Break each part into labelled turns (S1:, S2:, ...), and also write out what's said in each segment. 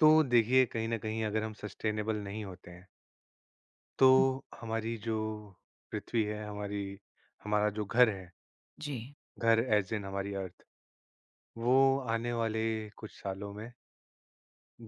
S1: तो देखिए, कहीं ना कहीं अगर हम सस्टेनेबल नहीं होते हैं तो हमारी जो पृथ्वी है हमारी हमारा जो घर है,
S2: जी।
S1: घर एज इन हमारी अर्थ, वो आने वाले कुछ सालों में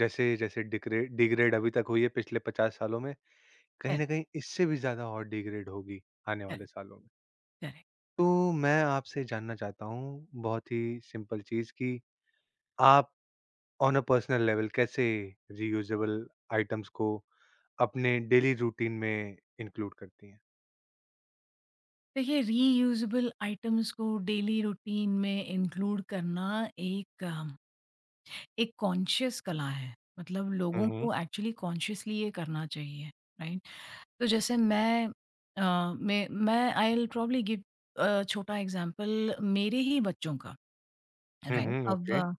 S1: जैसे जैसे डिग्रेड डिग्रेड अभी तक हुई है पिछले पचास सालों में, कहीं
S2: करेक्ट।
S1: ना कहीं इससे भी ज्यादा और डिग्रेड होगी आने वाले
S2: करेक्ट।
S1: सालों में।
S2: करेक्ट।
S1: तो मैं आपसे जानना चाहता हूँ बहुत ही सिंपल चीज कि आप ऑन अ पर्सनल लेवल कैसे रीयूजेबल आइटम्स को अपने डेली रूटीन में इंक्लूड करती हैं।
S2: देखिए, रीयूजेबल आइटम्स को डेली रूटीन में इंक्लूड करना एक अम, एक कॉन्शियस कला है। मतलब
S1: हुँ,
S2: लोगों
S1: हुँ।
S2: को एक्चुअली कॉन्शियसली ये करना चाहिए। राइट? तो जैसे मैं अ, मैं आई विल प्रॉब्ली गिव छोटा एग्जांपल मेरे ही बच्चों का।
S1: हुँ,
S2: राइट।
S1: हुँ,
S2: अब
S1: ओके।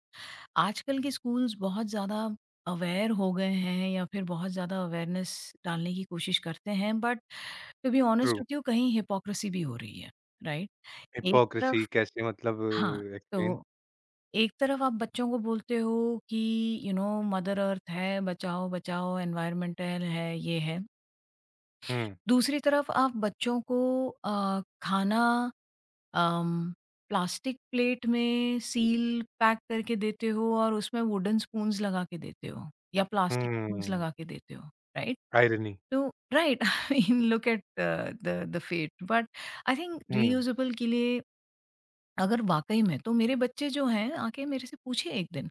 S2: आजकल के स्कूल्स बहुत ज़्यादा अवेयर हो गए हैं या फिर बहुत ज़्यादा अवेयरनेस डालने की कोशिश करते हैं, but to be
S1: true.
S2: Honest होती हूँ कहीं हिपोक्रेसी भी हो रही है, राइट? एक
S1: हिपोक्रेसी
S2: तरफ
S1: कैसे, मतलब
S2: हाँ,
S1: एक्सप्लेन?
S2: तो एक तरफ आप बच्चों को बोलते हो कि यू नो मदर अर्थ है, बचाओ, बचाओ, एनवायरमेंटल है, ये है।
S1: हुँ,
S2: दूसरी तरफ आप बच्चों को खाना अम, प्लास्टिक प्लेट में सील पैक करके देते हो और उसमें वुडन स्पून्स लगा के देते हो या प्लास्टिक स्पून्स
S1: हुँ,
S2: लगा के देते हो, right?
S1: Irony.
S2: So right, I mean, look at the fate. But I think
S1: hmm,
S2: reusable के लिए अगर वाकई में तो मेरे बच्चे जो हैं आके मेरे से पूछे एक दिन,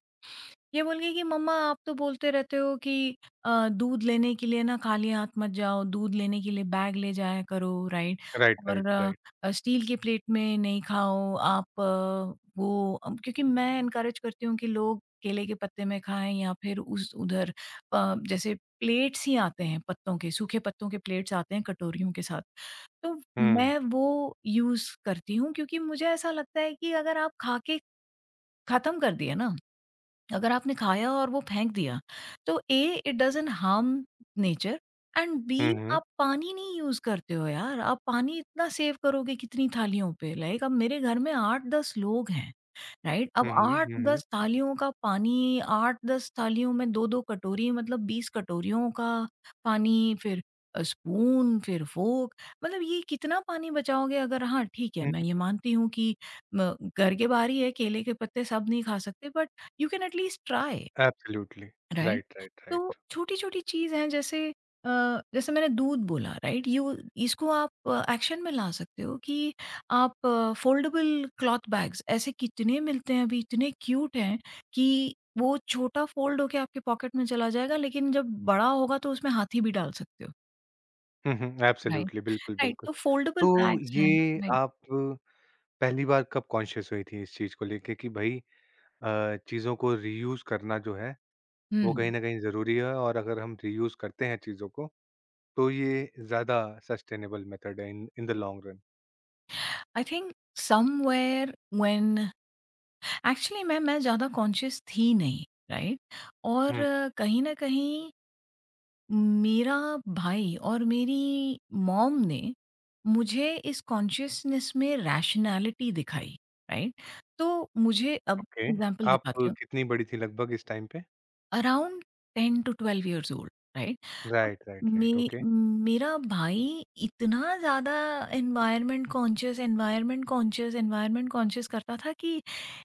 S2: ये बोल के कि मम्मा आप तो बोलते रहते हो कि दूध लेने के लिए ना खाली हाथ मत जाओ, दूध लेने के लिए बैग ले जाया करो, राइट?
S1: राइट, राइट,
S2: और
S1: राइट।
S2: स्टील की प्लेट में नहीं खाओ आप, क्योंकि मैं एनकरेज करती हूँ कि लोग केले के पत्ते में खाएँ या फिर उस उधर जैसे प्लेट्स ही आते हैं पत्तों के, सूखे पत्तों के प्लेट्स आते हैं कटोरियों के साथ। तो
S1: हुँ,
S2: मैं वो यूज़ करती हूँ क्योंकि मुझे ऐसा लगता है कि अगर आप खा के खत्म कर दिए ना, अगर आपने खाया और वो फेंक दिया, तो uh, it doesn't harm nature, and
S1: hmm,
S2: बी,
S1: हुँ।
S2: आप पानी नहीं यूज़ करते हो यार, आप पानी इतना सेव करोगे कितनी थालियों पे, लाइक अब मेरे घर में 8-10 लोग हैं। राइट? अब
S1: हुँ, हुँ, हुँ, हुँ।
S2: 8-10 थालियों का पानी, 8-10 थालियों में 2-2 कटोरी, मतलब 20 कटोरियों का पानी, फिर स्पून, फिर फ़ोर्क, मतलब ये कितना पानी बचाओगे? अगर हाँ, ठीक है,
S1: हुँ,
S2: मैं ये मानती हूँ कि म घर के बाहर ही है, केले के पत्ते सब नहीं खा सकते, but you can at least try.
S1: Absolutely.
S2: Right.
S1: Right, right,
S2: तो
S1: राइट।
S2: छोटी-छोटी चीज़ हैं, जैसे जैसे मैंने दूध बोला, राइट, यू इसको आप एक्शन में ला सकते हो कि आप फोल्डेबल क्लॉथ बैग्स, ऐसे कितने मिलते हैं अभी, इतने क्यूट हैं कि वो छोटा फोल्ड होके आपके पॉकेट में चला जाएगा, लेकिन जब बड़ा होगा तो उसमें हाथी भी डाल सकते हो।
S1: हुँ, हुँ,
S2: राइट,
S1: एब्सोल्युटली, बिल्कुल,
S2: राइट।
S1: बिल्कुल।
S2: तो फोल्डेबल
S1: तो
S2: बैग्स हैं।
S1: ये
S2: राइट।
S1: आप पहली बार कब कॉन्शियस हुई थी इस चीज़ को लेके कि भई चीज़ों को रीयूज़ करना जो है, वो कहीं
S2: हुँ।
S1: न कहीं ज़रूरी है, और अगर हम रीयूज़ करते हैं चीज़ों को, तो ये ज़्यादा सस्टेनेबल मेथड है in in the long run?
S2: I think somewhere when actually मैं ज़्यादा कॉन्शियस थी नहीं, राइट। और
S1: हुँ,
S2: कहीं न कहीं मेरा भाई और मेरी मॉम ने मुझे इस कॉन्शियसनेस में रैशनैलिटी दिखाई। राइट, तो मुझे अब
S1: ओके।
S2: एग्जांपल
S1: आप
S2: दिखाती हूँ।
S1: कितनी बड़ी थी लगभग इस टाइम पे?
S2: Around 10 to 12 years old, right? अब
S1: राइट, राइट,
S2: मे
S1: राइट, ओके।
S2: मेरा भाई इतना ज़्यादा environment conscious environment conscious environment conscious करता था कि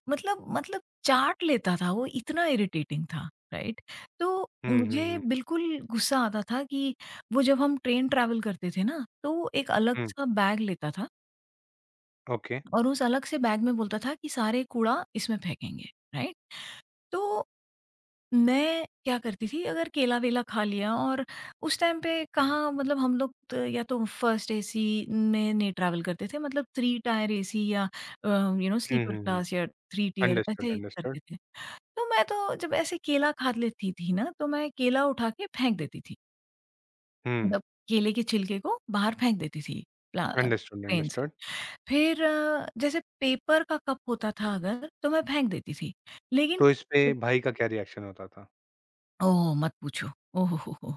S2: मतलब चाट लेता था वो, इतना इरिटेटिंग था, राइट? तो
S1: हुँ, हुँ,
S2: मुझे
S1: हुँ,
S2: बिल्कुल गुस्सा आता था कि वो जब हम ट्रेन ट्रैवल करते थे ना, तो वो एक
S1: हुँ,
S2: अलग-सा बैग लेता था,
S1: ओके।
S2: और उस अलग से बैग में बोलता था कि सारे कूड़ा इसमें फेंकेंगे, राइट? तो मैं क्या करती थी अगर केला-वेला खा लिया, और उस टाइम पे कहाँ, मतलब हम लोग त या तो फर्स्ट एसी में नहीं ट्रैवल करते थे, मतलब 3 टायर एसी या you know
S1: hmm,
S2: sleeper
S1: hmm, hmm.
S2: Class या 3 टियर
S1: अंडरस्टूड,
S2: ऐसे
S1: अंडरस्टूड।
S2: करते थे। तो मैं तो जब ऐसे केला खा लेती थी ना, तो मैं केला उठा के फेंक देती थी।
S1: हुँ,
S2: मतलब केले के छिलके को बाहर फेंक देती थी, प्ला
S1: अंडरस्टूड,
S2: ट्रेन से।
S1: अंडरस्टूड।
S2: फिर जैसे पेपर का कप होता था, अगर तो मैं फेंक देती थी। लेकिन
S1: तो इस पे भाई का क्या रिएक्शन होता था?
S2: ओह! मत पूछो। ओह हो, हो!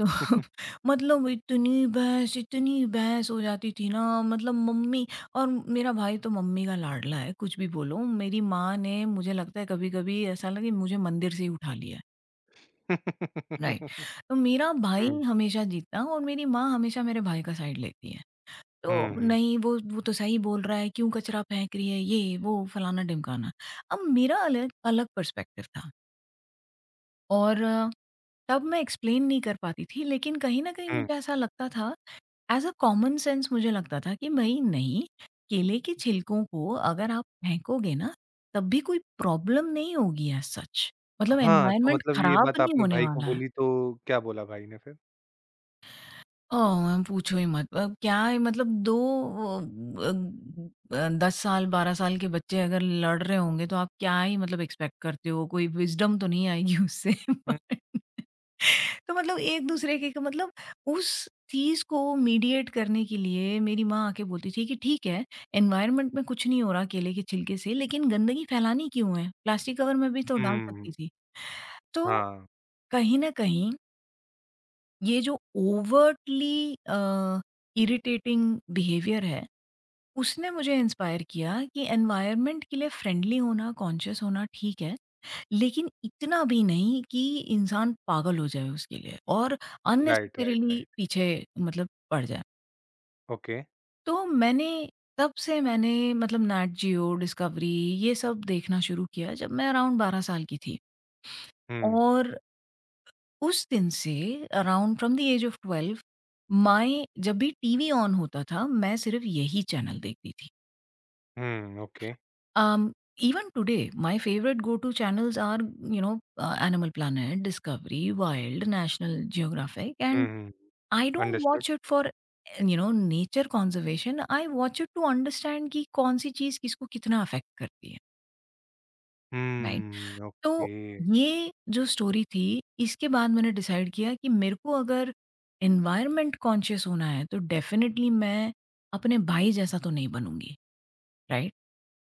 S2: तो मतलब इतनी बहस, इतनी बहस हो जाती थी ना, मतलब मम्मी और मेरा भाई तो मम्मी का लाडला है। कुछ भी बोलो, मेरी माँ ने, मुझे लगता है कभी कभी ऐसा लगे मुझे मंदिर से ही उठा लिया है, राइट? तो मेरा भाई
S1: हुँ,
S2: हमेशा जीतता और मेरी माँ हमेशा मेरे भाई का साइड लेती है।
S1: हुँ,
S2: तो
S1: हुँ,
S2: नहीं, वो तो सही बोल रहा है, क्यों कचरा फेंक रही है ये वो फलाना ढिमकाना। अब मेरा अलग अलग पर्सपेक्टिव था। और तब मैं एक्सप्लेन नहीं कर पाती थी, लेकिन कहीं ना कहीं
S1: हुँ।
S2: मुझे ऐसा लगता था एज़ अ कॉमन सेंस, मुझे लगता था कि भई नहीं, केले के छिलकों को अगर आप फेंकोगे ना, तब भी कोई प्रॉब्लम नहीं होगी एज़ सच। मतलब
S1: हाँ, तो
S2: एनवायरनमेंट
S1: मतलब ये
S2: खराब
S1: बात
S2: नहीं
S1: आपने
S2: होने
S1: भाई को
S2: वाला है।
S1: बोली, तो क्या बोला भाई ने फिर?
S2: ओह! मैम पूछो ही मत। अब क्या है, मतलब 2, अ 10 साल, 12 साल के बच्चे अगर लड़ रहे होंगे तो आप क्या ही मतलब एक्सपेक्ट करते हो? कोई विज़डम तो नहीं आएगी उससे।
S1: हुँ,
S2: बट तो मतलब एक दूसरे के, मतलब उस चीज को मीडिएट करने के लिए मेरी माँ आके बोलती थी कि ठीक है, एनवायरनमेंट में कुछ नहीं हो रहा केले के छिलके से, लेकिन गंदगी फैलानी क्यों है? प्लास्टिक कवर में भी तो डाल
S1: हुँ,
S2: सकती थी। तो
S1: हाँ।
S2: कहीं ना कहीं ये जो ओवर्टली इरिटेटिंग बिहेवियर है, उसने मुझे इंस्पायर किया कि एनवायरनमेंट के लिए फ्रेंडली होना, कॉन्शियस होना ठीक है, लेकिन इतना भी नहीं कि इंसान पागल हो जाए उसके लिए और
S1: राइट, राइट,
S2: अननेसेसरीली
S1: राइट,
S2: पीछे, मतलब पड़ जाए।
S1: ओके।
S2: तो मैंने तब से मैंने मतलब नेट जियो, डिस्कवरी, ये सब देखना शुरू किया जब मैं अराउंड 12 साल की थी।
S1: हुँ,
S2: और उस दिन से, around from the age of 12, मैं जब भी टीवी ऑन होता था, मैं सिर्फ़ यही चैनल देखती थी।
S1: Hmm, okay.
S2: Even today, my favorite go-to channels are, Animal Planet, Discovery, Wild, National Geographic,
S1: hmm,
S2: and
S1: hmm,
S2: I don't
S1: understood.
S2: watch it for nature conservation. I watch it to understand कि कौन सी चीज किसको कितना affect करती है, right.
S1: हुँ,
S2: तो
S1: okay.
S2: ये जो स्टोरी थी, इसके बाद मैंने डिसाइड किया कि मेरे को अगर एनवायरमेंट कॉन्शियस होना है तो डेफिनेटली मैं अपने भाई जैसा तो नहीं बनूंगी, राइट।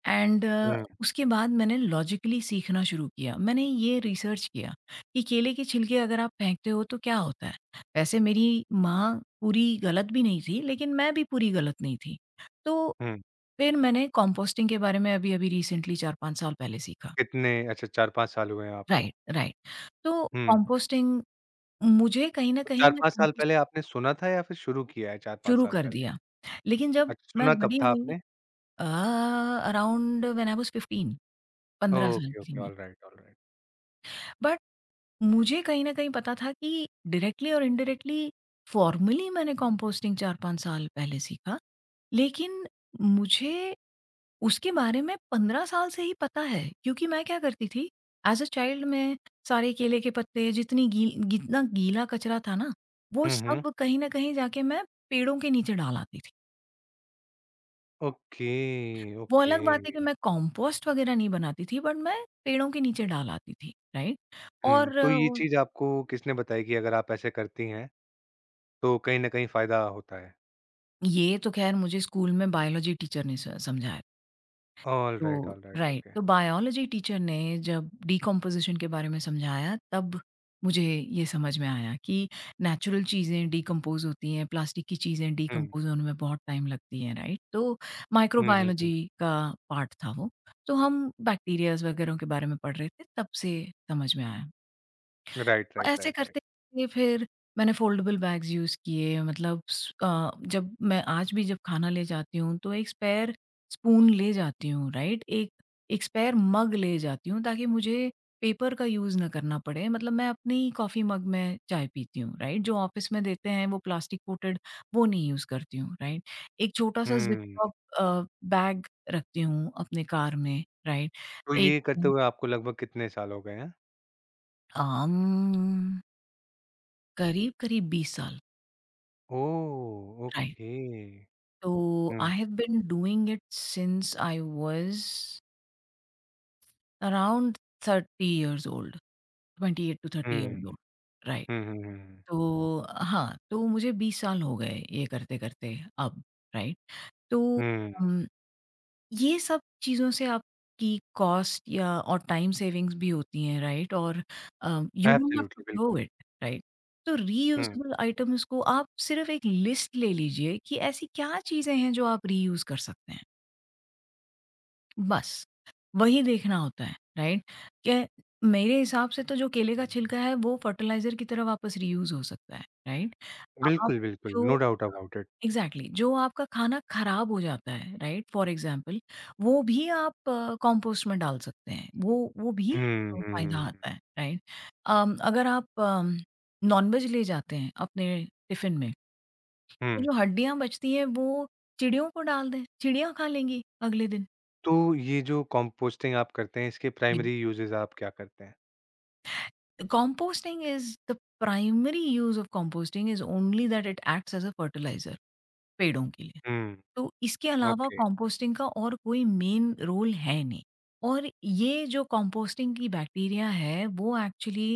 S2: एंड
S1: हुँ,
S2: उसके बाद मैंने लॉजिकली सीखना शुरू किया। मैंने ये रिसर्च किया कि केले के छिलके अगर आप फेंकते हो तो क्या होता है? वैसे मेरी माँ पूरी गलत भी नहीं थी, लेकिन मैं भी पूरी गलत नहीं थी। तो
S1: हुँ।
S2: फिर मैंने कंपोस्टिंग के बारे में अभी-अभी रिसेंटली 4-5 साल पहले सीखा।
S1: कितने अच्छा 4-5 साल हुए हैं आपको।
S2: Right, right. तो
S1: हुँ,
S2: कंपोस्टिंग मुझे कहीं न
S1: तो
S2: कहीं मैं
S1: 4-5 साल
S2: कंपोस्ट
S1: पहले आपने सुना था या फिर शुरू किया है 4-5
S2: शुरू
S1: साल
S2: कर
S1: पहले?
S2: दिया। लेकिन जब
S1: अच्छा
S2: मैं
S1: सुना कब
S2: बड़ी
S1: था
S2: हुई
S1: आपने?
S2: Uh, around when I was 15, 15 साल
S1: ओके,
S2: की थी
S1: ओके,
S2: मैं।
S1: Alright, alright.
S2: बट मुझे कहीं न कहीं पता था कि डायरेक्टली और इनडायरेक्टली, फ़ॉर्मली मैंने कंपोस्टिंग 4-5 साल पहले सीखा। लेकिन मुझे उसके बारे में 15 साल से ही पता है क्योंकि मैं क्या करती थी एज़ अ चाइल्ड, मैं सारे केले के पत्ते, जितनी गील जितना गीला कचरा था ना, वो
S1: हुँ, हुँ।
S2: सब कहीं न कहीं जाके मैं पेड़ों के नीचे डाल आती थी।
S1: ओके,
S2: वो
S1: ओके।
S2: अलग बात है कि मैं कंपोस्ट वग़ैरह नहीं बनाती थी, बट मैं पेड़ों के नीचे डाल आती थी, राइट?
S1: हुँ,
S2: और
S1: तो ये चीज़ आपको किसने बताई कि अगर आप ऐसे करती हैं, तो कहीं न कहीं फ़ायदा होता है?
S2: ये तो ख़ैर मुझे स्कूल में बायोलॉजी टीचर ने स समझाया।
S1: ऑलराइट,
S2: तो
S1: ऑलराइट,
S2: राइट,
S1: ओके।
S2: तो बायोलॉजी टीचर ने जब डीकम्पोज़िशन के बारे में समझाया, तब मुझे ये समझ में आया कि नेचुरल चीज़ें डीकम्पोज़ होती हैं, प्लास्टिक की चीज़ें
S1: हुँ,
S2: डीकम्पोज़ होने में बहुत टाइम लगती हैं, राइट? तो
S1: हुँ, हुँ, हुँ।
S2: माइक्रोबायोलॉजी का पार्ट था वो। तो हम बैक्टीरियाज़ वग़ैरह के बारे में पढ़ रहे थे, तब से समझ में आया।
S1: राइट,
S2: तो
S1: राइट,
S2: ऐसे
S1: राइट, राइट।
S2: करते करते फिर मैंने फोल्डेबल बैग्स यूज़ किए, मतलब जब मैं आज भी जब खाना ले जाती हूँ तो एक स्पेयर स्पून ले जाती हूँ, राइट? एक एक स्पेयर मग ले जाती हूँ ताकि मुझे पेपर का यूज़ ना करना पड़े। मतलब मैं अपनी कॉफ़ी मग में चाय पीती हूँ, राइट? जो ऑफ़िस में देते हैं वो प्लास्टिक कोटेड, वो नहीं यूज़ करती हूँ, राइट? एक छोटा-सा ज़िप
S1: हुँ,
S2: लॉक बैग रखती हूँ अपने कार में, राइट?
S1: तो
S2: एक
S1: ये करते हुए आपको लगभग कितने साल हो गए हैं?
S2: अम, करीब-करीब 20 साल,
S1: oh!
S2: Right.
S1: Okay.
S2: So I
S1: hmm,
S2: have been doing it since I was around 30 years old, 28 to 30 years
S1: hmm.
S2: old, right?
S1: Hmm, hmm, hmm, hmm.
S2: तो हाँ, तो मुझे 20 साल हो गए ये करते-करते अब, राइट? तो
S1: हुँ,
S2: उम, ये सब चीज़ों से आपकी कॉस्ट या और टाइम सेविंग्स भी होती हैं, राइट? और uh, you don't have to
S1: absolutely, बिल्कुल।
S2: Throw it, right? तो
S1: हुँ,
S2: रीयूजेबल आइटम्स को आप सिर्फ़ एक लिस्ट ले लीजिए कि ऐसी क्या चीज़ें हैं जो आप रीयूज़ कर सकते हैं। बस, वही देखना होता है, राइट? क्या मेरे हिसाब से तो जो केले का छिलका है वो फर्टिलाइज़र की तरह वापस रीयूज़ हो सकता है, राइट? आप
S1: बिल्कुल, बिल्कुल, नो
S2: जो
S1: डाउट अबाउट इट।
S2: एग्ज़ैक्टली जो आपका खाना खराब हो जाता है, राइट? फॉर एग्ज़ाम्पल, वो भी आप कंपोस्ट में डाल सकते हैं, वो भी
S1: हुँ,
S2: फ़ायदा
S1: हुँ, हुँ,
S2: आता है, राइट? अगर आप नॉन-वेज ले जाते हैं अपने टिफ़िन में,
S1: हुँ।
S2: तो जो हड्डियाँ बचती हैं वो चिड़ियों को डाल दें, चिड़ियाँ खा लेंगी अगले दिन।
S1: तो ये जो कंपोस्टिंग आप करते हैं इसके
S2: जी।
S1: प्राइमरी यूजेस आप क्या करते हैं?
S2: Composting is the primary use of composting is only that इट acts एज अ फर्टिलाइजर पेड़ों के लिए।
S1: हुँ,
S2: तो इसके अलावा
S1: ओके।
S2: composting का और कोई मेन रोल है नहीं। और ये जो composting की बैक्टीरिया है वो एक्चुअली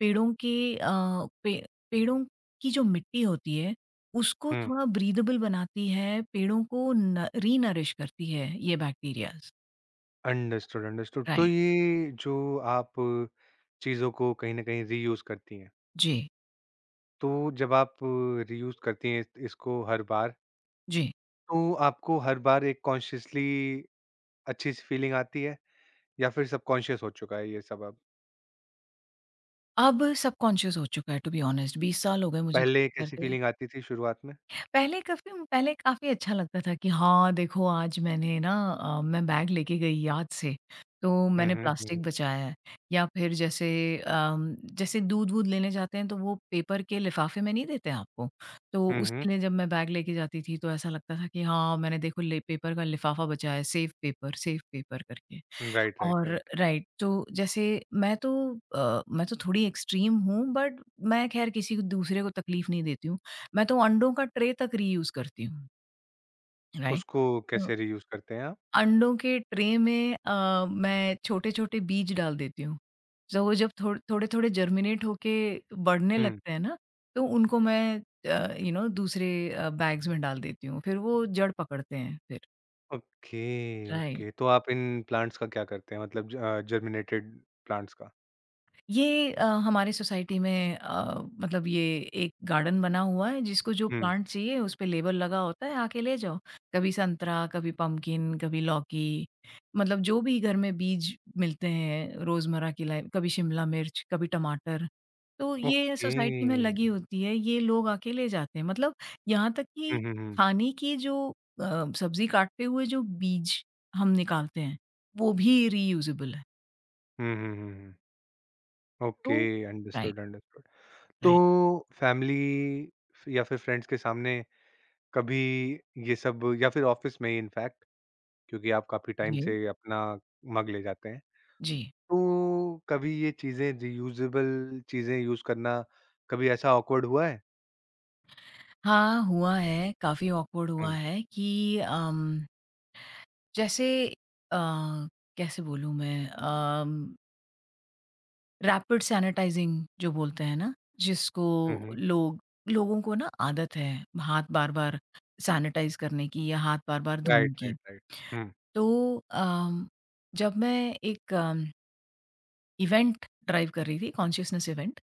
S2: पेड़ों के पे, पेड़ों की जो मिट्टी होती है, उसको
S1: हुँ,
S2: थोड़ा ब्रीदेबल बनाती है, पेड़ों को रीनरिश करती है ये बैक्टीरिया।
S1: Understood, understood. तो
S2: राइट।
S1: ये जो आप चीज़ों को कहीं न कहीं रीयूज़ करती हैं,
S2: जी।
S1: तो जब आप रीयूज़ करती हैं इस इसको हर बार,
S2: जी।
S1: तो आपको हर बार एक कॉन्शियसली अच्छी-सी फीलिंग आती है या फिर सबकॉन्शियस हो चुका है ये सब अब?
S2: अब सबकॉन्शियस हो चुका है, टू बी ऑनेस्ट 20 साल हो गए मुझे
S1: पहले कैसी
S2: करते।
S1: फ़ीलिंग आती थी शुरुआत में?
S2: पहले काफ़ी, पहले काफ़ी अच्छा लगता था कि हाँ, देखो आज मैंने ना मैं बैग लेके गई याद से, तो
S1: हुँ,
S2: मैंने
S1: हुँ, हुँ।
S2: प्लास्टिक बचाया है। या फिर जैसे अम, जैसे दूध-वूध लेने जाते हैं तो वो पेपर के लिफ़ाफ़े में नहीं देते आपको, तो
S1: हुँ, हुँ।
S2: उसके लिए जब मैं बैग लेके जाती थी तो ऐसा लगता था कि हाँ, मैंने देखो ले पेपर का लिफ़ाफ़ा बचाया है, सेफ पेपर करके।
S1: राइट, राइट,
S2: और
S1: राइट।
S2: राइट, तो जैसे मैं तो मैं तो थोड़ी एक्सट्रीम हूँ बट मैं ख़ैर किसी को दूसरे को तकलीफ़ नहीं देती हूँ। मैं तो अंडों का ट्रे तक रीयूज़ करती हूँ, राइट?
S1: उसको
S2: तो
S1: कैसे रीयूज़ करते हैं आप?
S2: अंडों के ट्रे में मैं छोटे-छोटे बीज डाल देती हूँ। सो वो जब थोड़े-थोड़े जर्मिनेट होके बढ़ने
S1: हुँ।
S2: लगते हैं ना, तो उनको मैं यू नो दूसरे बैग्स में डाल देती हूँ। फिर वो जड़ पकड़ते हैं फिर,
S1: ओके,
S2: राइट।
S1: ओके। तो आप इन प्लांट्स का क्या करते हैं? मतलब जर्मिनेटेड प्लांट्स का?
S2: ये हमारे सोसाइटी में मतलब ये एक गार्डन बना हुआ है जिसको जो
S1: हुँ।
S2: प्लांट चाहिए उस पे लेबल लगा होता है, आके ले जाओ। कभी संतरा, कभी पम्पकिन, कभी लौकी, मतलब जो भी घर में बीज मिलते हैं रोज़मर्रा की लाइफ, कभी शिमला मिर्च, कभी टमाटर। तो ये
S1: ओके।
S2: सोसाइटी में लगी होती है, ये लोग आके ले जाते हैं। मतलब यहाँ तक
S1: हुँ,
S2: कि
S1: हुँ, हुँ।
S2: खाने की जो सब्ज़ी काटते हुए जो बीज हम निकालते हैं, वो भी रीयूज़ेबल है।
S1: हुँ, हुँ, हुँ, हुँ।
S2: तो
S1: ओके,
S2: राइट,
S1: अंडरस्टूड, अंडरस्टूड। तो
S2: राइट।
S1: फैमिली फ या फिर फ्रेंड्स के सामने, कभी ये सब, या फिर ऑफ़िस में ही इनफैक्ट, क्योंकि आप काफ़ी टाइम
S2: जी।
S1: से अपना मग ले जाते हैं।
S2: जी।
S1: तो कभी ये चीज़ें रियूज़ेबल चीज़ें यूज़ करना, कभी ऐसा ऑकवर्ड हुआ है?
S2: हाँ, हुआ है, काफ़ी ऑकवर्ड हुआ
S1: हुँ,
S2: है कि जैसे अ, कैसे बोलूँ मैं रैपिड सैनिटाइज़िंग जो बोलते हैं ना, जिसको
S1: हुँ, हुँ।
S2: लोग लोगों को ना आदत है हाथ बार-बार सैनिटाइज़ करने की या हाथ बार-बार
S1: राइट,
S2: धोने की।
S1: Right, right. हुँ,
S2: तो जब मैं एक इवेंट ड्राइव कर रही थी कॉन्शियसनेस इवेंट,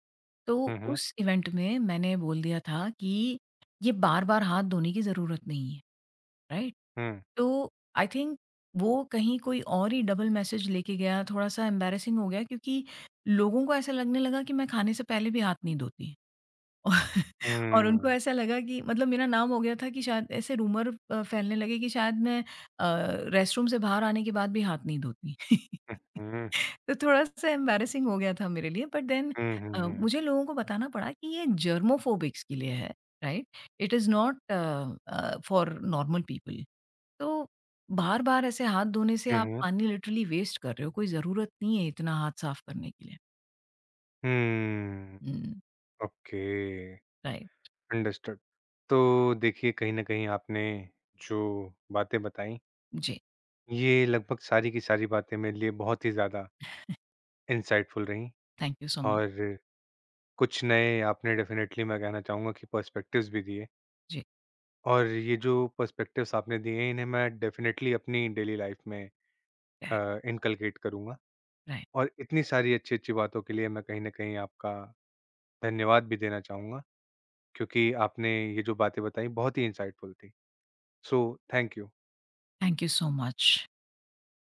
S2: तो
S1: हुँ, हुँ,
S2: उस इवेंट में मैंने बोल दिया था कि ये बार-बार हाथ धोने की ज़रूरत नहीं है, राइट?
S1: हुँ,
S2: तो आई थिंक वो कहीं कोई और ही डबल मैसेज लेके गया, थोड़ा-सा एम्बैरेसिंग हो गया क्योंकि लोगों को ऐसा लगने लगा कि मैं खाने से पहले भी हाथ नहीं धोती। और उनको
S1: हुँ,
S2: ऐसा लगा कि मतलब मेरा नाम हो गया था कि शायद ऐसे रूमर फैलने लगे कि शायद मैं अ, रेस्टरूम से बाहर आने के बाद भी हाथ नहीं धोती।
S1: हुँ, हुँ,
S2: तो थोड़ा-सा एम्बैरेसिंग हो गया था मेरे लिए बट देन
S1: हुँ, हुँ,
S2: मुझे लोगों को बताना पड़ा कि ये जर्मोफोबिक्स के लिए है, right? It is not for normal people. तो बार-बार ऐसे हाथ धोने से
S1: हुँ,
S2: आप
S1: हुँ, हुँ।
S2: पानी लिटरली वेस्ट कर रहे हो, कोई ज़रूरत नहीं है इतना हाथ साफ करने के लिए। Hmm,
S1: okay,
S2: right.
S1: अंडरस्टूड। तो देखिए, कहीं न कहीं आपने जो बातें बताईं,
S2: जी,
S1: ये लगभग सारी की सारी बातें मेरे लिए बहुत ही ज़्यादा इनसाइटफुल रहीं,
S2: थैंक यू सो मच।
S1: और कुछ नए आपने डेफ़िनेटली, मैं कहना चाहूँगा कि, पर्सपेक्टिव्स भी दिए।
S2: जी,
S1: और ये जो पर्सपेक्टिव्स आपने दिए हैं, इन्हें मैं डेफ़िनेटली अपनी डेली लाइफ़ में
S2: राइट,
S1: इनकलकेट करूँगा।
S2: राइट।
S1: और इतनी सारी अच्छी-अच्छी बातों के लिए मैं कहीं न कहीं आपका धन्यवाद भी देना चाहूँगा, क्योंकि आपने ये जो बातें बताई बहुत ही इंसाइटफुल थी। So thank you.
S2: Thank you so much.